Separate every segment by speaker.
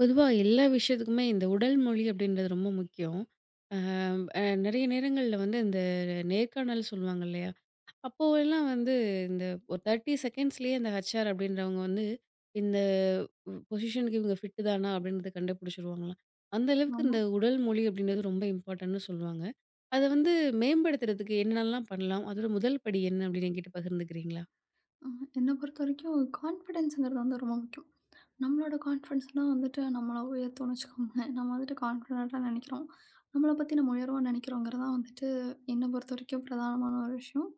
Speaker 1: பொதுவா எல்லா விஷயத்துக்குமே இந்த உடல் மொழி அப்படின்றது ரொம்ப முக்கியம். அம் அ நெறைய நேரங்கள்ல வந்து இந்த நேர்காணல் சொல்லுவாங்க இல்லையா? அப்போ எல்லாம் வந்து இந்த ஒரு 30 செகண்ட்ஸ்லயே இந்த ஹெச்ஆர் அப்படின்றவங்க வந்து, இந்த பொசிஷனுக்கு இவங்க ஃபிட் தானா அப்படின்றத கண்டுபிடிச்சுருவாங்களாம். அந்த அளவுக்கு
Speaker 2: ஆமா.
Speaker 1: இந்த உடல் மொழி அப்படின்றது ரொம்ப இம்பார்ட்டன்ட்னு சொல்லுவாங்க. அத வந்து மேம்படுத்துறதுக்கு என்னெல்லாம் பண்ணலாம்? அதோட முதல் படி என்ன அப்படின்னு என்கிட்ட பகிர்ந்துக்கிறீங்களா?
Speaker 2: அ என்ன பொறுத்தவரைக்கும் கான்ஃபிடன்ஸ்ங்கிறது வந்து ரொம்ப முக்கியம். நம்மளோட கான்ஃபிடன்ஸ் தான் வந்துட்டு நம்மள உயர்த்தும்னு வச்சுக்கோங்களேன். நம்ம வந்துட்டு கான்ஃபிடன்ட்டா நினைக்கிறோம். நம்மள பத்தி நம்ம உயர்வா நினைக்கிறோங்கிறது தான் வந்துட்டு என்ன பொறுத்தவரைக்கும் பிரதானமான ஒரு விஷயம்.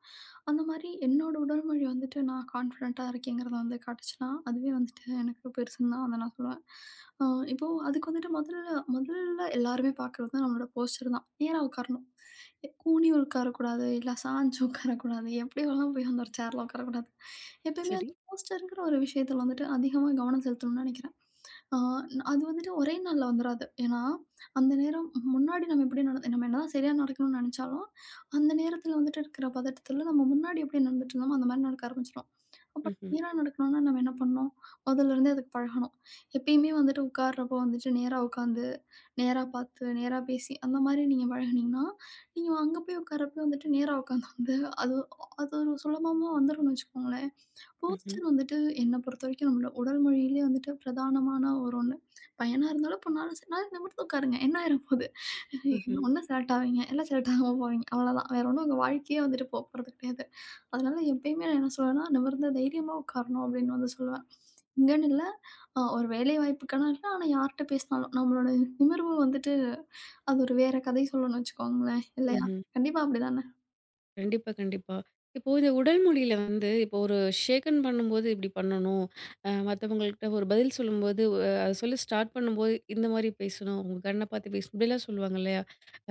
Speaker 2: அந்த மாரி என்னோட உடல் மொழி வந்துட்டு நான் கான்ஃபிடன்ட்டா இருக்கேங்கிறத வந்து காட்டுச்சுன்னா, அதுவே வந்துட்டு எனக்கு பெருசுன்னு தான் வந்து நான் சொல்லுவேன். அ இப்போ அதுக்கு வந்துட்டு முதல்ல முதல்ல எல்லாருமே பார்க்குறது தான் நம்மளோட போஸ்டர் தான். நேரா உட்காரணும். கூனியும் உட்காரக்கூடாது, இல்ல சாஞ்சு உட்காரக்கூடாது, எப்படியோலாம் போய் அந்த ஒரு சேர்ல உட்காரக்கூடாது. எப்பயுமே
Speaker 1: சரி.
Speaker 2: அந்த போஸ்டருங்கிற ஒரு விஷயத்துல வந்துட்டு அதிகமா கவனம் செலுத்தணும்னு நினைக்கிறேன். ஆ அது வந்துட்டு ஒரே நாள்ல வந்துராது. ஏன்னா, அந்த நேரம் முன்னாடி நம்ம எப்படி நடந்து நம்ம என்னதான் சரியா நடக்கணும்னு நினைச்சாலும், அந்த நேரத்துல வந்துட்டு இருக்கிற பதட்டத்துல நம்ம முன்னாடி எப்படி நடந்துட்டு இருந்தோமோ, அந்த மாரி நடக்க ஆரம்பிச்சுரும். அப்ப
Speaker 1: ம்ஹ்ம்.
Speaker 2: நேரா நடக்கணும்னா நம்ம என்ன பண்ணணும்? மொதல்ல இருந்தே அதுக்கு பழகணும். எப்பயுமே வந்துட்டு உட்கார்றப்போ வந்துட்டு நேரா உட்காந்து, நேரா பார்த்து, நேரா பேசி அந்த மாரி நீங்க பழகுனீங்கன்னா, நீங்க அங்க போய் உட்கார்றப்போ வந்துட்டு நேரா உட்காந்து வந்து அது அது ஒரு சுலபமா வந்துரும்னு வச்சுக்கோங்களேன்.
Speaker 1: ம்ஹ்ம்.
Speaker 2: போஸ்டர் வந்துட்டு என்ன பொறுத்தவரைக்கும் நம்மளோட உடல் மொழியிலே வந்துட்டு பிரதானமான ஒரு ஒண்ணு. பையனா இருந்தாலும் பொண்ணாலும் சரி, "நாளைக்கு இந்த படத்துக்கு உட்காருங்க. என்ன ஆயிர போகுது?
Speaker 1: ம்ஹ்ம்.
Speaker 2: ம். ஒண்ணு செலக்ட் ஆவீங்க, இல்ல செலக்ட் ஆகாம போவீங்க. அவ்வளோதான். வேற ஒண்ணும் உங்க வாழ்க்கையே வந்துட்டு போப்போறது கிடையாது." அதனால எப்பயுமே நான் என்ன சொல்லுவேன்னா, "நிமிர்ந்து தைரியமா உட்காரணும்." அப்படின்னு வந்து சொல்லுவேன். இங்கன்னு இல்ல, ஒரு வேலை வாய்ப்புக்கான இல்ல, ஆனா யார்ட்ட பேசினாலும் நம்மளோட நிமிர்வு வந்துட்டு அது ஒரு வேற கதை சொல்லும்னு வச்சுக்கோங்களேன். இல்லையா?
Speaker 1: ம்ஹ்ம்.
Speaker 2: கண்டிப்பா அப்படிதானே?
Speaker 1: கண்டிப்பா, கண்டிப்பா. இப்போ இந்த உடல் மொழியில வந்து இப்போ ஒரு ஷேக் ஹேண்ட் பண்ணும்போது இப்படி பண்ணணும். மத்தவங்கள்ட்ட ஒரு பதில் சொல்லும்போது, அத சொல்லி ஸ்டார்ட் பண்ணும்போது இந்த மாரி பேசணும். உங்க கண்ண பார்த்து பேசணும். இப்படிலாம் சொல்லுவாங்க இல்லையா?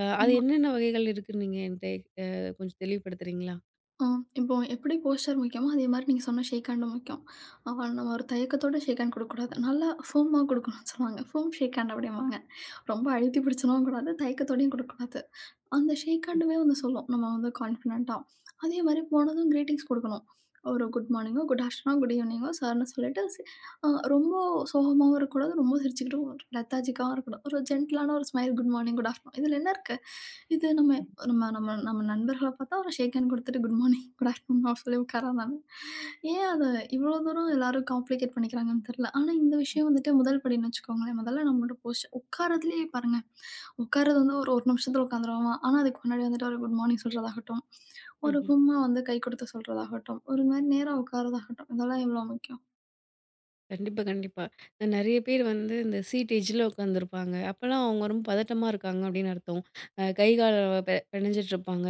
Speaker 1: அது
Speaker 2: ஆமா.
Speaker 1: என்னென்ன வகைகள் இருக்குன்னு நீங்க என்ட்ட அ கொஞ்சம் தெளிவுபடுத்துறீங்களா?
Speaker 2: ஆ, இப்போ எப்படி போஸ்டர் முக்கியமோ, அதே மாரி நீங்க சொன்ன ஷேக் ஹேண்டும் முக்கியம். அவ நம்ம ஒரு தயக்கத்தோட ஷேக் ஹேண்ட் குடுக்கக்கூடாது. நல்லா ஃபோமா குடுக்கணும்னு சொல்லுவாங்க. ஃபோம் ஷேக் ஹேண்ட் அப்படிம்பாங்க. ரொம்ப அழுத்தி பிடிச்சலாம் கூடாது, தயக்கத்தோடயும் குடுக்கக்கூடாது. அந்த ஷேக் ஹேண்டுமே வந்து சொல்லும். நம்ம வந்து கான்ஃபிடென்ட்டா. அதே மாரி போனதும் கிரீட்டிங்ஸ் குடுக்கணும். ஒரு குட் மார்னிங்கோ, குட் ஆஃப்டர்நூனோ, குட் ஈவினிங்கோ சார்ன்னு சொல்லிட்டு ஸ் அ ரொம்ப சோகமாவும் இருக்கக்கூடாது. ரொம்ப சிரிச்சுக்கிட்டும் லெத்தாஜிக்காவும் இருக்கக்கூடாது. ஒரு ஜென்டிலான ஒரு smile good morning, good afternoon இதுல என்ன இருக்கு? இது நம்ம நம்ம நம்ம நம்ம நண்பர்கள பார்த்தா ஒரு ஷேக் ஹேண்ட் குடுத்துட்டு குட் மார்னிங், குட் ஆஃப்டர்நூன் சொல்லி உட்கார்றதானே. ஏன் அத இவ்வளோ தூரம் எல்லாரும் காம்ப்ளிகேட் பண்ணிக்கிறாங்கன்னு தெரியல. ஆனா இந்த விஷயம் வந்துட்டு முதல் படின்னு வச்சுக்கோங்களேன். முதல்ல நம்மளோட போஸ்சர் உட்காரதுலயே பாருங்க. உட்கார்றது வந்து ஒரு ஒரு நிமிஷத்துல உட்காந்துருவான். ஆனா, அதுக்கு முன்னாடி வந்துட்டு ஒரு குட் மார்னிங் சொல்றதாகட்டும், ஒரு
Speaker 1: ம்ஹ்ம்.
Speaker 2: கும்மா வந்து கை கொடுத்து சொல்றதாகட்டும், ஒரு மாரி நேரா உட்கார்றதாகட்டும், இதெல்லாம் எவ்வளோ முக்கியம்.
Speaker 1: கண்டிப்பா, கண்டிப்பா. நெறைய பேர் வந்து இந்த சீட் எட்ஜ்ல உட்காந்துருப்பாங்க. அப்பலாம் அவங்க ரொம்ப பதட்டமா இருக்காங்க அப்படின்னு அர்த்தம். கை கால பெனஞ்சிட்டு இருப்பாங்க.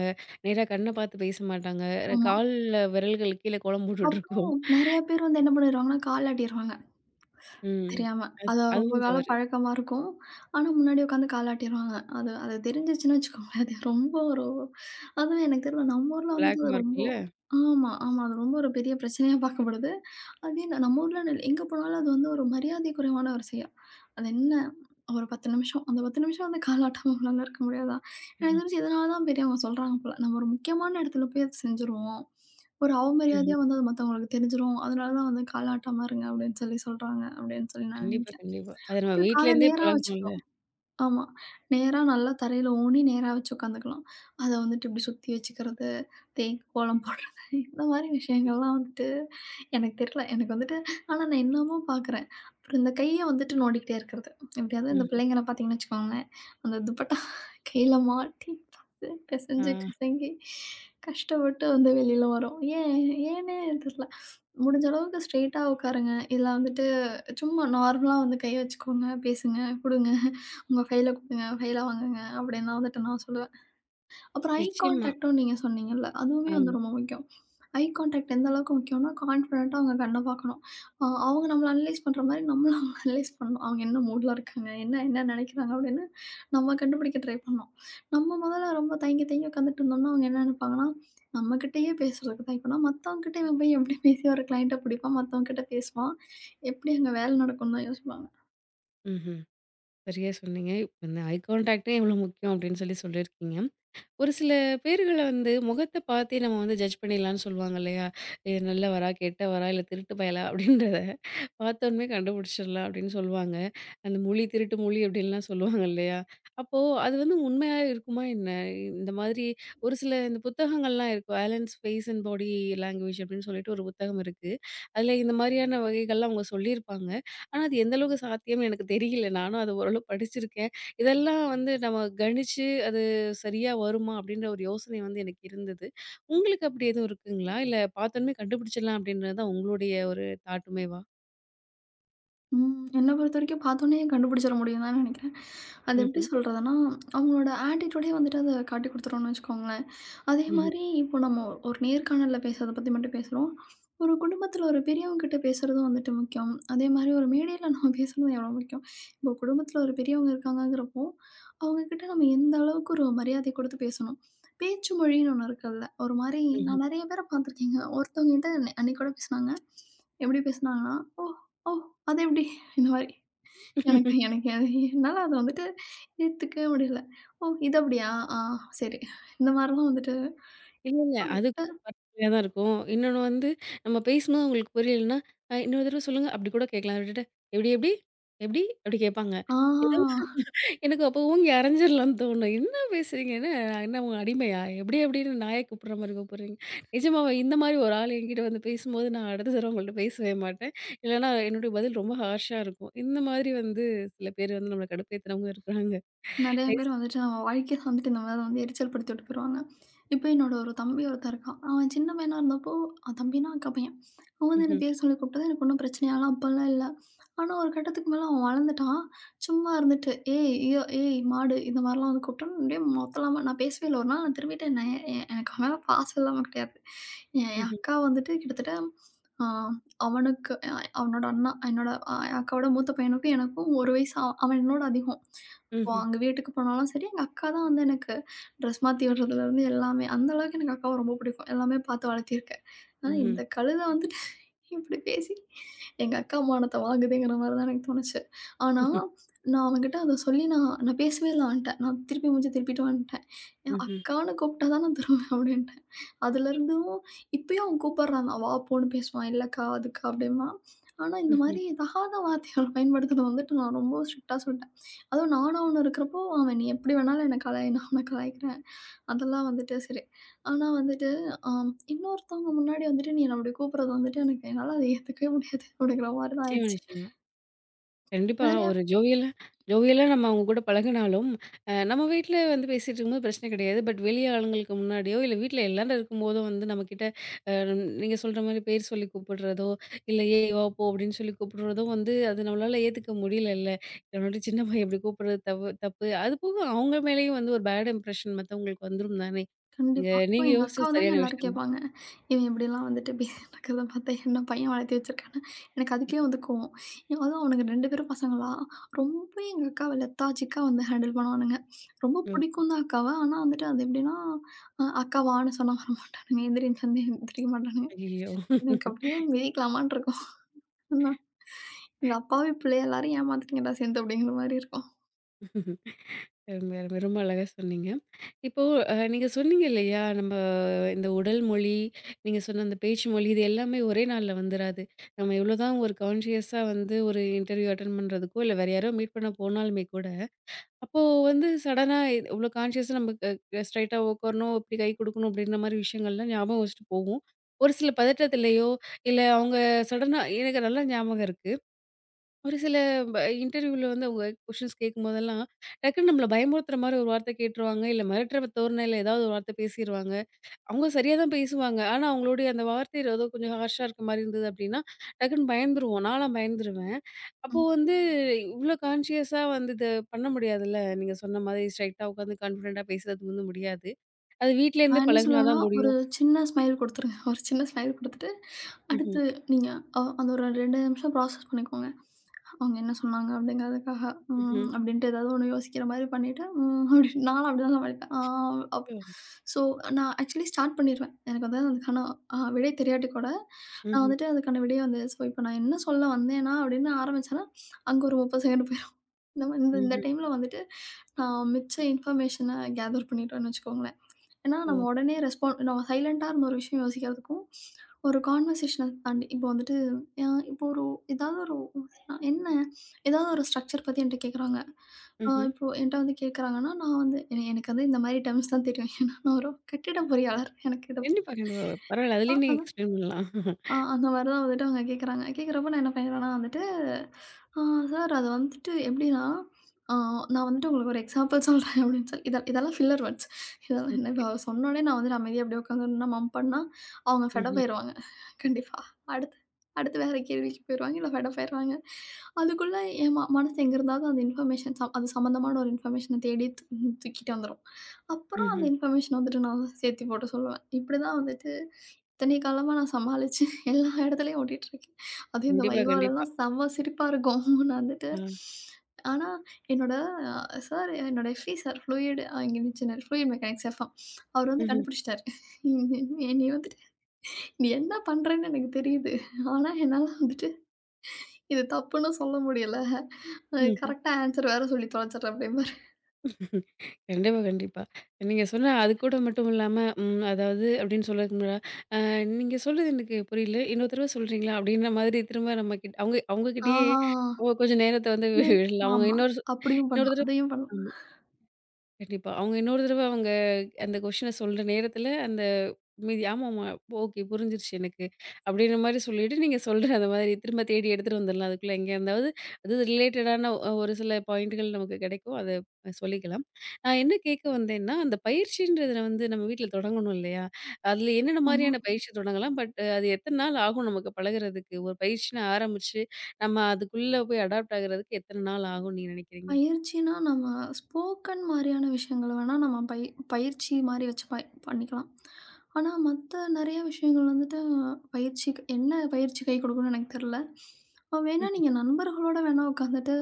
Speaker 1: நேரா கண்ண பார்த்து பேச மாட்டாங்க.
Speaker 2: ஆமா.
Speaker 1: கால்ல விரல்கள் கீழ கோலம் போட்டுட்டுருக்கும்.
Speaker 2: அப்புறம் நெறைய பேர் வந்து என்ன பண்ணிருவாங்கன்னா, கால் ஆட்டிருவாங்க
Speaker 1: ம்.
Speaker 2: தெரியாம. அது ரொம்ப
Speaker 1: அதுவும்
Speaker 2: கால
Speaker 1: தவறு.
Speaker 2: பழக்கமா இருக்கும். ஆனா, முன்னாடி உட்காந்து கால் ஆட்டிருவாங்க. அது அது தெரிஞ்சிருச்சுன்னு வச்சுக்கோங்களேன். அது ரொம்ப ஒரு அதுவும் எனக்கு தெரில நம்ம ஊர்ல
Speaker 1: பிளாக்
Speaker 2: வந்துட்டு அது
Speaker 1: மார்க்குல்ல.
Speaker 2: ஆமா, ஆமா. அது ரொம்ப ஒரு பெரிய பிரச்சனையா பார்க்கப்படுது. அதே தான் நம்ம ஊர்லன்னு இல்ல. எங்க போனாலும் அது வந்து ஒரு மரியாதை குறைவான ஒரு செயல். அது என்ன ஒரு 10 நிமிஷம். அந்த 10 நிமிஷம் வந்து காலாட்டாம நம்மளால இருக்க முடியாதா? எனக்கு
Speaker 1: ம்.
Speaker 2: தெரிஞ்சு இதனால தான் பெரியவங்க சொல்றாங்க போல. நம்ம ஒரு முக்கியமான இடத்துல போய் அத செஞ்சுருவோம். ஒரு அவமரியாதையா
Speaker 1: ம்ஹ்ம்.
Speaker 2: வந்து அது மத்தவங்களுக்கு தெரிஞ்சிரும். அதனால தான் வந்து காலாட்டாம இருங்க அப்படின்னு சொல்லி சொல்றாங்க அப்படின்னு சொல்லி நான்
Speaker 1: கண்டிப்பா,
Speaker 2: நினைக்கிறேன்.
Speaker 1: கண்டிப்பா. அத நம்ம
Speaker 2: அப்புறம் கால
Speaker 1: வீட்லேருந்தே
Speaker 2: நேரா
Speaker 1: பழகணும்ல.
Speaker 2: வச்சுக்கணும். ஆமா. நேரா நல்லா தரையில ஊணி நேரா வச்சு உட்காந்துக்கலாம். அத வந்துட்டு இப்டி சுத்தி வச்சுக்கிறது, தேய்க்கு கோலம் போடுறது இந்த மாரி விஷயங்கள்லாம் வந்துட்டு எனக்கு தெரியல. எனக்கு வந்துட்டு ஆனா நான் இன்னமும் பார்க்குறேன். அப்புறம் இந்த கைய வந்துட்டு நோண்டிக்கிட்டே இருக்கிறது. எப்படியாவது இந்த
Speaker 1: ம்ஹ்ம்.
Speaker 2: பிள்ளைங்கள பார்த்தீங்கன்னு வச்சுக்கோங்களேன், அந்த துப்பட்டா கையில மாட்டி பசு
Speaker 1: ஆ
Speaker 2: பெசஞ்சு கசங்கி கஷ்டப்பட்டு வந்து வெளியில வரும். ஏன் ஏன்னே தெரியல. முடிஞ்ச அளவுக்கு ஸ்ட்ரெய்ட்டா உட்காருங்க. இல்ல வந்துட்டு சும்மா நார்மலா வந்து கை வச்சுக்கோங்க, பேசுங்க, குடுங்க. உங்க ஃபைல குடுங்க, ஃபைல வாங்குங்க அப்படின்னு தான் வந்துட்டு நான் சொல்லுவேன். அப்புறம் ஐ
Speaker 1: நிச்சயமா.
Speaker 2: கான்டாக்ட்டும் நீங்க சொன்னீங்கல்ல, அதுவுமே வந்து
Speaker 1: ஆமா.
Speaker 2: ரொம்ப முக்கியம். ஐ கான்டாக்ட் எந்த அளவுக்கு முக்கியம்னா, கான்ஃபிடென்ட்டா அவங்க கண்ண பார்க்கணும். அவங்க நம்மள அனலைஸ் பண்ற மாரி நம்மளும் அவங்கள அனலைஸ் பண்ணணும். அவங்க என்ன மூட்ல இருக்காங்க, என்ன என்ன நினைக்கிறாங்க அப்படின்னு நம்ம கண்டுபிடிக்க ட்ரை பண்ணணும். நம்ம முதல்ல ரொம்ப தயங்கி தயங்கி உட்காந்துட்டு இருந்தோம்னா, அவங்க என்ன நினைப்பாங்கன்னா, நம்மகிட்டயே பேசுறதுக்கு தயங்குனா, மத்தவங்ககிட்ட இவன் போய் எப்படி பேசி ஒரு கிளையண்ட்ட பிடிப்பான், மத்தவங்ககிட்ட பேசுவான், எப்படி அங்க வேலை நடக்கும்னு தான் யோசிப்பாங்க.
Speaker 1: ம்ஹ்ம். சரியா சொன்னீங்க. இந்த ஐ கான்டாக்ட்டே எவ்வளோ முக்கியம் அப்படின்னு சொல்லி சொல்லியிருக்கீங்க. ஒரு சில பேர்கள வந்து முகத்த பார்த்தே நம்ம வந்து ஜட்ஜ் பண்ணிடலான்னு சொல்லுவாங்க இல்லையா? "இது நல்லவரா? கெட்டவரா? இல்ல திருட்டு பயலா?" அப்படின்றத பார்த்தோனமே கண்டுபிடிச்சிடலாம் அப்படின்னு சொல்லுவாங்க. அந்த மொழி திருட்டு மொழி அப்படின்லாம் சொல்லுவாங்க இல்லையா? அப்போ அது வந்து உண்மையா இருக்குமா என்ன? இந்த மாதிரி ஒரு சில இந்த புத்தகங்கள்லாம் இருக்கும். "Allen's face and body language" அப்படின்னு சொல்லிட்டு ஒரு புத்தகம் இருக்கு. அதில இந்த மாதிரியான வகைகள்லாம் அவங்க சொல்லியிருப்பாங்க. ஆனா, அது எந்த அளவுக்கு சாத்தியம்னு எனக்கு தெரியல. நானும் அத ஓரளவு படிச்சிருக்கேன். இதெல்லாம் வந்து நம்ம கணிச்சு அது சரியா வருமா?" அப்படின்ற ஒரு யோசனை வந்து எனக்கு இருந்தது. உங்களுக்கு அப்படி எதுவும் இருக்குங்களா? இல்ல பார்த்தோனமே கண்டுபிடிச்சிடலாம் அப்படின்றது தான் உங்களுடைய ஒரு தாட்டுமேவா?
Speaker 2: ம். என்ன பொறுத்தவரைக்கும் பார்த்தோன்னே கண்டுபிடிச்சிட முடியும் தான் நினைக்கிறேன். அது எப்படி
Speaker 1: ம்ஹ்ம்.
Speaker 2: சொல்றதுன்னா, அவங்களோட ஆட்டிட்யூடே வந்துட்டு அத காட்டிக் குடுத்துரும்னு வச்சுக்கோங்களேன். அதே
Speaker 1: ம்ஹ்ம்.
Speaker 2: மாரி இப்போ நம்ம ஒரு நேர்காணல்ல பேசுறத பத்தி மட்டும் பேசுறோம். ஒரு குடும்பத்தில ஒரு பெரியவங்க கிட்ட பேசுறதும் வந்துட்டு முக்கியம். அதே மாரி ஒரு மேடையில நம்ம பேசுறதும் எவ்வளோ முக்கியம். இப்போ குடும்பத்தில ஒரு பெரியவங்க இருக்காங்கங்கிறப்போ, அவங்க கிட்ட நம்ம எந்த அளவுக்கு ஒரு மரியாதை குடுத்து பேசணும். பேச்சு மொழின்னு ஒண்ணு இருக்குல்ல. ஒரு மாரி
Speaker 1: ம்ஹ்ம்.
Speaker 2: நான் நெறைய பேர பார்த்துருக்கேங்க. ஒருத்தவங்ககிட்ட அன்னை அன்னைக்கு கூட பேசுனாங்க. எப்படி பேசுனாங்கன்னா, "ஓ! ஓ!" அது எப்படி? இந்த மாரி. எனக்கு எனக்கு அது என்னால அத வந்துட்டு ஏத்துக்கவே முடியல. ஓ! இது அப்படியா? ஆ சரி. இந்த மாரிலாம் வந்துட்டு,
Speaker 1: இல்ல, இல்ல. அது ஜாலியா தான் இருக்கும். இன்னொன்னு வந்து நம்ம பேசும்போது அவங்களுக்கு புரியலன்னா, இன்னொரு தடவ சொல்லுங்க அப்படி கூட கேட்கலாம். அத விட்டுட்டு எப்படி எப்படி? எப்படி? அப்படி கேட்பாங்க. ஏதோ
Speaker 2: ஆ.
Speaker 1: எனக்கு அப்போ ஓங்கி அரைஞ்சிரலாம்ன்னு தோணும். என்ன பேசுறீங்க? என்ன நான் என்ன உங்க அடிமையா? எப்படி எப்படின்னு நாய கூப்பிடுற மாரி கூப்பிடுறீங்க. நிஜமாவே இந்த மாரி ஒரு ஆள் என்கிட்ட வந்து பேசும்போது நான் அடுத்த தடவ உங்கள்ட்ட பேசவே மாட்டேன். இல்லன்னா என்னுடைய பதில் ரொம்ப ஹார்ஷா இருக்கும். இந்த மாதிரி வந்து சில பேர் வந்து நம்மள கடுப்பேத்துறவங்க இருக்கிறாங்க.
Speaker 2: நெறைய
Speaker 1: நெக்ஸ்ட்
Speaker 2: பேர் வந்துட்டு நம்ம வாழ்க்கைய வந்துட்டு இந்த மாரி வந்து எரிச்சல் படுத்திவிட்டு போயிருவாங்க. இப்ப என்னோட ஒரு தம்பி ஒருத்தன் இருக்கான். அவன் சின்ன பையனா இருந்தப்போ அவன் தம்பினா அக்கா பையன். அவன் வந்து என்ன
Speaker 1: ம்ஹ்ம்,
Speaker 2: பேர் சொல்லி கூப்பிட்டது எனக்கு ஒண்ணும் பிரச்சனையாலாம் அப்பலாம் இல்ல. ஆனா ஒரு கட்டத்துக்கு மேல அவன் வளர்ந்துட்டான். சும்மா இருந்துட்டு, "ஏய் யோ ஏய் மாடு" இந்த மாரிலாம் வந்து கூப்பிட்டோம்னா அப்படியே மொத்தலாமா நான் பேசவே இல்ல. ஒரு நாள் நான் திரும்பிட்டேன். நான் எனக்கு அவன் மேல பாசம் இல்லாம கிடையாது. என் என்
Speaker 1: ம்ஹ்ம்,
Speaker 2: அக்கா வந்துட்டு கிட்டத்தட்ட ஆ அவனுக்கு அவனோட அண்ணா என்னோட அக்காவோட மூத்த பையனுக்கும் எனக்கும் 1 வயசு அவன் அவன் என்னோட அதிகம். இப்போ
Speaker 1: ம்ஹ்ம்,
Speaker 2: அங்க வீட்டுக்கு போனாலும் சரி, எங்க அக்கா தான் வந்து எனக்கு ட்ரெஸ் மாத்தி விடுறதுலேருந்து எல்லாமே. அந்த அளவுக்கு எனக்கு அக்காவ ரொம்ப பிடிக்கும். எல்லாமே பார்த்து வளர்த்திருக்கேன். ஆனா
Speaker 1: ம்ஹ்ம்,
Speaker 2: இந்த கழுத வந்துட்டு இப்படி பேசி எங்க அக்கா மானத்த வாங்குதுங்கிற மாரி தான் எனக்கு தோணுச்சு. ஆனா,
Speaker 1: ம்ஹ்ம்,
Speaker 2: நான் அவன்கிட்ட அத சொல்லி நான் நான் பேசவே இல்ல அவன்ட்ட. நான் திருப்பி மூஞ்ச திருப்பிட்டு வந்துட்டேன். என்
Speaker 1: ம்ஹ்ம்,
Speaker 2: அக்கான்னு கூப்பிட்டா தான் நான் திரும்புவேன் அப்படின்ட்டேன். அதுலேருந்தும் இப்பயும் அவன் கூப்பிடுறான் தான். வா, போன்னு பேசுவான். இல்லக்கா, அதுக்கா அப்படிம்பான். ஆனா இந்த
Speaker 1: ம்ஹ்ம்.
Speaker 2: மாரி தகாத வார்த்தைகள் பயன்படுத்துறத வந்துட்டு நான் ரொம்ப ஸ்ட்ரிக்ட்டா சொல்லிட்டேன். அதுவும் நானா ஒண்ணு இருக்கிறப்போ, அவன் நீ எப்படி வேணாலும் என்ன கலாய், நான் உன்ன கலாய்க்கிறேன். அதெல்லாம் வந்துட்டு சரி. ஆனா வந்துட்டு, இன்னொருத்தவங்க முன்னாடி வந்துட்டு, நீ என்ன அப்படி கூப்பிடுறது வந்துட்டு எனக்கு என்னால அத ஏத்துக்கவே முடியாது அப்படிங்கிற மாரி தான்
Speaker 1: நிச்சயமா,
Speaker 2: ஆயிடுச்சு.
Speaker 1: நிச்சயமா. கண்டிப்பா.
Speaker 2: வேற
Speaker 1: ஒரு ஜோவியலா ஜோவியலா நம்ம அவங்க கூட பழகுனாலும், நம்ம வீட்ல வந்து பேசிட்டு இருக்கும்போது பிரச்சனை கிடையாது. பட் வெளிய ஆளுங்களுக்கு முன்னாடியோ, இல்ல வீட்ல எல்லாரும் இருக்கும்போதோ வந்து நம்மகிட்ட அ நீங்க சொல்ற மாரி பேர் சொல்லி கூப்பிடுறதோ, இல்ல "ஏய் வா போ" அப்படின்னு சொல்லி கூப்பிடுறதோ வந்து அது நம்மளால ஏத்துக்க முடியலல்ல. நம்மளோட சின்ன பையன் இப்படி கூப்பிடுறது தப்பு. அது போக அவங்க மேலேயும் வந்து ஒரு பேட் இம்ப்ரஷன் மத்தவங்களுக்கு வந்துரும் தானே. இங்க
Speaker 2: கண்டிப்பா. இப்போ
Speaker 1: நீங்க
Speaker 2: எங்க அக்காவ
Speaker 1: யோசிச்சது
Speaker 2: தாங்க
Speaker 1: சரியான
Speaker 2: எல்லாரும்
Speaker 1: விஷயம் தான்.
Speaker 2: கேட்பாங்க. இவன் இப்படிலாம் வந்துட்டு நடக்கிறத பார்த்தா என்ன பையன் வளர்த்தி வச்சிருக்கான்னு. எனக்கு அதுக்கே வந்து கோவம். ஏன் அதுவும் அவனுங்க 2 பேரும் பசங்களா, ரொம்ப எங்க அக்காவ லெத்தாஜிக்கா வந்து ஹேண்டில் பண்ணுவானுங்க. ரொம்ப
Speaker 1: ஓ!
Speaker 2: பிடிக்கும் தான் அக்காவ. ஆனா வந்துட்டு அது எப்படின்னா, அக்கா வான்னு சொன்னா வரமாட்டானுங்க. எந்திரின்னு சொன்னா எந்திரிக்க மாட்டானுங்க.
Speaker 1: ஐயய்யோ!
Speaker 2: எனக்கு அப்படியே மிதிக்கலாமான்னு இருக்கும். ஆனா, இந்த அப்பாவி பிள்ளைய எல்லாரும் ஏமாத்திட்டீங்கடா சேர்ந்து அப்படிங்கிற மாரி இருக்கும்.
Speaker 1: அருமை, அருமை. ரொம்ப அழகா சொன்னீங்க. இப்போ நீங்க சொன்னீங்க இல்லையா, நம்ம இந்த உடல் மொழி, நீங்க சொன்ன அந்த பேச்சு மொழி இது எல்லாமே ஒரே நாள்ல வந்துராது. நம்ம எவ்வளோதான் ஒரு கான்ஷியஸா வந்து ஒரு இன்டர்வியூ அட்டெண்ட் பண்றதுக்கோ, இல்ல வேற யாரோ மீட் பண்ண போனாலுமே கூட, அப்போ வந்து சடனா இவ்வளோ கான்ஷியஸா நம்ம க ஸ்ட்ரெயிட்டா உட்காரணும், இப்படி கை குடுக்கணும் அப்படின்ற மாரி விஷயங்கள்லாம் ஞாபகம் வச்சுட்டு போவோம். ஒரு சில பதட்டத்திலயோ, இல்ல அவங்க சடனா எனக்கு நல்லா ஞாபகம் இருக்கு. ஒரு சில இன்டர்வியூல வந்து அவங்க கொஷின்ஸ் கேட்கும்போதெல்லாம், டக்குன்னு நம்மள பயமுறுத்துற மாரி ஒரு வார்த்தை கேட்டுருவாங்க. இல்ல மிரட்டுற தோரணையில ஏதாவது ஒரு வார்த்தை பேசிருவாங்க. அவங்க சரியா தான் பேசுவாங்க. ஆனா அவங்களுடைய அந்த வார்த்தை ஏதோ கொஞ்சம் ஹார்ஷா இருக்க மாரி இருந்தது அப்படின்னா, டக்குன்னு பயந்துருவோம். நான்லாம் பயந்துருவேன். அப்போ வந்து இவ்ளோ கான்ஷியஸா வந்து இத பண்ண முடியாதுல்ல. நீங்க சொன்ன மாதிரி ஸ்ட்ரைட்டா உட்காந்து கான்ஃபிடென்ட்டா பேசுறது வந்து முடியாது. அது வீட்ல இருந்து
Speaker 2: நான் என்ன
Speaker 1: பழகுனா
Speaker 2: சொல்லுவேன்னா,
Speaker 1: தான்
Speaker 2: ஒரு
Speaker 1: முடியும்.
Speaker 2: சின்ன ஸ்மைல் குடுத்துருங்க. ஒரு சின்ன ஸ்மைல் குடுத்துட்டு,
Speaker 1: ம்ஹ்ம்.
Speaker 2: அடுத்து நீங்க அந்த ஒரு 2 நிமிஷம் ப்ராசஸ் பண்ணிக்கோங்க. அவங்க என்ன சொன்னாங்க அப்படிங்கிறதுக்காக,
Speaker 1: ம்ஹ்ம்.
Speaker 2: ம் அப்படின்ட்டு ஏதாவது ஒண்ணு யோசிக்கிற மாரி பண்ணிட்டு, ம் அப்படின்னு நானும் அப்படிதான் சமாளிப்பேன். ஆ அப்
Speaker 1: ம்.
Speaker 2: ஸோ நான் ஆக்சுவலி ஸ்டார்ட் பண்ணிருவேன். எனக்கு வந்து அதுக்கான விடை தெரியாட்டி கூட, நான்
Speaker 1: ம்ஹ்ம்.
Speaker 2: வந்துட்டு அதுக்கான விடைய வந்து ஸோ இப்ப நான் என்ன சொல்ல வந்தேனா அப்படின்னு ஆரம்பிச்சேன்னா, அங்க ஒரு 30 செகண்ட் போயிரும். இந்த இந்த
Speaker 1: ம்ஹ்ம்.
Speaker 2: டைம்ல வந்துட்டு நான் மிச்ச இன்ஃபர்மேஷன கேதர் பண்ணிட்டோம்னு வச்சுக்கோங்களேன். ஏன்னா, நம்ம
Speaker 1: ஓ!
Speaker 2: உடனே ரெஸ்பான் நம்ம சைலண்ட்டா இருந்த ஒரு விஷயம் யோசிக்கிறதுக்கும், ஒரு கான்வர்சேஷன தாண்டி இப்போ வந்துட்டு அ இப்போ ஒரு ஏதாவது ஒரு நான் என்ன ஏதாவது ஒரு ஸ்ட்ரக்சர் பத்தி என்ட்ட கேட்குறாங்க.
Speaker 1: ம்ஹ்ம்.
Speaker 2: இப்போ என்ட்ட வந்து கேட்குறாங்கன்னா, நான் வந்து எனக்கு வந்து இந்த மாரி டெர்ம்ஸ் தான் தெரியும். ஏன்னா, நான் ஒரு கட்டிட பொறியாளர். எனக்கு இத
Speaker 1: கண்டிப்பா,
Speaker 2: பத்தி
Speaker 1: கண்டிப்பா. பரவால்ல. அதுலயும் நீங்க
Speaker 2: தான்
Speaker 1: எக்ஸ்பிளைன் பண்ணலாம்.
Speaker 2: ஆ அந்த மாரி தான் வந்துட்டு அவங்க கேட்குறாங்க. கேட்குறப்ப நான் என்ன பண்ணிடுவேன்னா வந்துட்டு, "ஆ சார் அது வந்துட்டு எப்படின்னா, ஆ நான் வந்துட்டு உங்களுக்கு ஒரு எக்ஸாம்பிள் சொல்றேன்" அப்படின்னு சொல்லி இதெல்லாம் ஃபில்லர் வேர்ட்ஸ். இதெல்லாம் என்ன
Speaker 1: ஓகே.
Speaker 2: இப்ப அவ சொன்னோனே நான் வந்து அமைதியா அப்படியே உட்காந்துருந்தேன்னா, மம் பண்ணா அவங்க ஃபெடப்
Speaker 1: ம்ஹ்ம்.
Speaker 2: ஆயிருவாங்க. கண்டிப்பா. அடுத்து அடுத்து வேற கேள்விக்கு போயிருவாங்க, இல்ல ஃபெடப் ஆயிருவாங்க. அதுக்குள்ள என் மனசு எங்க இருந்தாவது அந்த இன்ஃபர்மேஷன் சம் அது சம்மந்தமான ஒரு இன்ஃபர்மேஷன தேடி தூக்கிட்டு வந்துரும். அப்புறம் அந்த
Speaker 1: ம்ஹ்ம்.
Speaker 2: இன்ஃபர்மேஷன் வந்துட்டு நான் சேர்த்து போட்டு சொல்லுவேன். இப்படிதான் வந்துட்டு இத்தனை காலமா நான் சமாளிச்சு எல்லா இடத்துலயும் ஓட்டிட்டுருக்கேன். அதுவும் இந்த
Speaker 1: கண்டிப்பா, கண்டிப்பா.
Speaker 2: வைவாலலாம் செம்ம சிரிப்பா இருக்கும். நான் வந்துட்டு
Speaker 1: ஆ.
Speaker 2: ஆனா என்னோட சார் என்னோட எஃப்இ சார் ஃப்ளூயிட் இங்கே இருந்துச்சுனாரு ஃப்ளூயிட் மெக்கானிக்ஸ் எஃப்எம். அவர் வந்து
Speaker 1: ம்ஹ்ம்.
Speaker 2: கண்டுபிடிச்சிட்டாரு. நீ நீ வந்துட்டு நீ என்ன பண்றேன்னு எனக்கு தெரியுது. ஆனா என்னால வந்துட்டு இது தப்புன்னு சொல்ல முடியல. கரெக்ட்டா ஆன்சர் வேற சொல்லி தொலைச்சிடுறேன் அப்படிம்பாரு.
Speaker 1: ம்ஹ்ம். கண்டிப்பா, கண்டிப்பா. நீங்க சொன்ன அது கூட மட்டும் இல்லாம, அதாவது அப்படின்னு சொல்றதுக்கு முன்னா அ "நீங்க சொல்றது எனக்கு புரியல. இன்னொரு தடவ சொல்றீங்களா?" அப்படின்ற மாதிரி திரும்ப நம்ம கிட்ட அவங்க அவங்க
Speaker 2: ஆ,
Speaker 1: கிட்டயே
Speaker 2: ஆ.
Speaker 1: அவங்க கொஞ்சம் நேரத்த வந்து
Speaker 2: இது
Speaker 1: விடலாம். அவங்க
Speaker 2: ஆமா.
Speaker 1: இன்னொரு
Speaker 2: அப்படியும்
Speaker 1: இன்னொரு
Speaker 2: பண்ணலாம்.
Speaker 1: தடவ
Speaker 2: அதையும் பண்ணலாம்.
Speaker 1: கண்டிப்பா. அவங்க இன்னொரு தடவ அவங்க அந்த கொஸ்டின சொல்ற நேரத்துல, அந்த மீதி ஆமாமா, ஓகே புரிஞ்சிருச்சு எனக்கு. அப்படின்ற மாரி சொல்லிட்டு, நீங்க சொல்ற அந்த மாதிரி திரும்ப தேடி எடுத்துட்டு வந்துரலாம். அதுக்குள்ள எங்க இருந்தாவது அது ரிலேட்டடான ஒரு சில பாயிண்ட்டுகள் நமக்கு கிடைக்கும். அத சொல்லிக்கலாம். நான் என்ன கேட்க வந்தேன்னா, அந்த பயிற்சின்றத வந்து நம்ம வீட்ல தொடங்கணும் இல்லையா? அதுல என்னென்ன
Speaker 2: ஆமா.
Speaker 1: மாரியான பயிற்சி தொடங்கலாம்? பட் அது எத்தன நாள் ஆகும் நமக்கு பழகுறதுக்கு? ஒரு பயிற்சின்னு ஆரம்பிச்சு, நம்ம அதுக்குள்ள போய் அடாப்ட் ஆகுறதுக்கு எத்தன நாள் ஆகும்னு நீங்க நினைக்கிறீங்க?
Speaker 2: பயிற்சின்னா, நம்ம ஸ்போக்கன் மாரியான விஷயங்கள வேணா நம்ம பயிற்சி மாரி வச்சு பண்ணிக்கலாம். ஆனா, மத்த நெறைய விஷயங்கள் வந்துட்டு பயிற்சிக்கு என்ன பயிற்சி கை கொடுக்கும்னு எனக்கு தெர்ல. வேணா
Speaker 1: ம்ஹ்ம்.
Speaker 2: நீங்க நண்பர்களோட வேணா உட்காந்துட்டு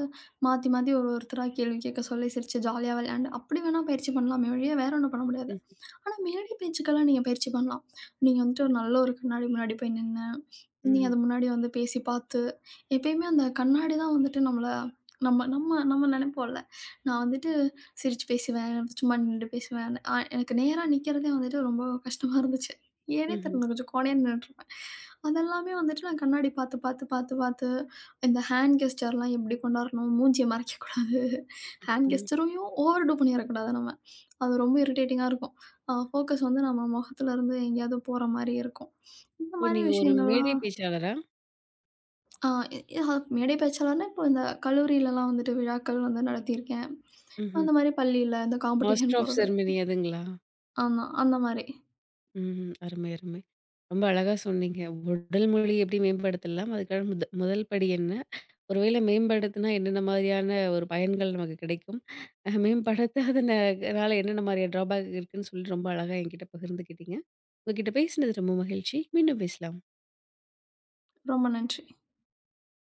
Speaker 2: மாத்தி மாத்தி ஒரு ஒருத்தரா கேள்வி கேட்க சொல்லி சிரிச்சு ஜாலியா விளையாண்டு, அப்படி வேணா பயிற்சி பண்ணலாமே ஒழிய, வேற ஒண்ணும் பண்ண முடியாது.
Speaker 1: ம்.
Speaker 2: ஆனா, மேடை பேச்சுக்கெல்லாம் நீங்க பயிற்சி பண்ணலாம். நீங்க வந்துட்டு ஒரு நல்ல ஒரு கண்ணாடி முன்னாடி போய் நின்னு, நீங்க
Speaker 1: ம்ஹ்ம்.
Speaker 2: அது முன்னாடி வந்து பேசி பார்த்து, எப்பயுமே அந்த கண்ணாடி தான் வந்துட்டு நம்மள நம்ம நம்ம நம்ம நெனைப்போம்ல. நான் வந்துட்டு சிரிச்சு பேசுவேன், சும்மா நின்டு பேசுவேன். எனக்கு நேரா நிக்கிறதே வந்துட்டு ரொம்ப கஷ்டமா இருந்துச்சு. ஏன்னே
Speaker 1: ம்ஹ்ம்.
Speaker 2: தெரியல கொஞ்சம் கோணையா நின்னுட்டுருப்பேன். அதெல்லாமே வந்துட்டு நான் கண்ணாடி பார்த்து இந்த ஹேண்ட் கெஸ்டர்லாம் எப்படி கொண்டாடணும், மூஞ்சிய மறைக்கக்கூடாது, ஹேண்ட்
Speaker 1: ம்.
Speaker 2: கெஸ்டரையும் ஓவர் டூ பண்ணிறக்கூடாது நம்ம. அது ரொம்ப இரிட்டேட்டிங்கா இருக்கும். ஃபோக்கஸ் வந்து நம்ம முகத்துலருந்து எங்கேயாவது போற மாரி இருக்கும். இந்த
Speaker 1: ஓ!
Speaker 2: மாரி
Speaker 1: நீங்க ஒரு மேடை
Speaker 2: விஷயங்கள்லாம்
Speaker 1: பேச்சாளரா?
Speaker 2: அ எ அ மேடை பேச்சாளர்னா இப்போ இந்த கல்லூரிலலாம் வந்துட்டு விழாக்கள் வந்து நடத்தியிருக்கேன்.
Speaker 1: ம்ஹ்ம்.
Speaker 2: அந்த மாரி பள்ளியில இந்த
Speaker 1: மாஸ்டர்
Speaker 2: காம்படிஷன்
Speaker 1: ஆஃப்
Speaker 2: போறது
Speaker 1: செரமனி அதுங்களா?
Speaker 2: ஆமா, அந்த மாரி.
Speaker 1: ம்ஹ்ம். அருமை, அருமை. ரொம்ப அழகா சொன்னீங்க. உடல் மொழி எப்படி மேம்படுத்தலாம்? அதுக்கான முதல் படி என்ன? ஒருவேளை மேம்படுத்தினா என்னென்ன மாதிரியான ஒரு பயன்கள் நமக்கு கிடைக்கும்? மேம்படுத்தாதன னால என்னென்ன மாதிரியான ட்ராபேக் இருக்குன்னு சொல்லி ரொம்ப அழகா என்கிட்ட பகிர்ந்துக்கிட்டீங்க. உங்ககிட்ட பேசினது ரொம்ப மகிழ்ச்சி. மீண்டும் பேசலாம்.
Speaker 2: ரொம்ப நன்றி.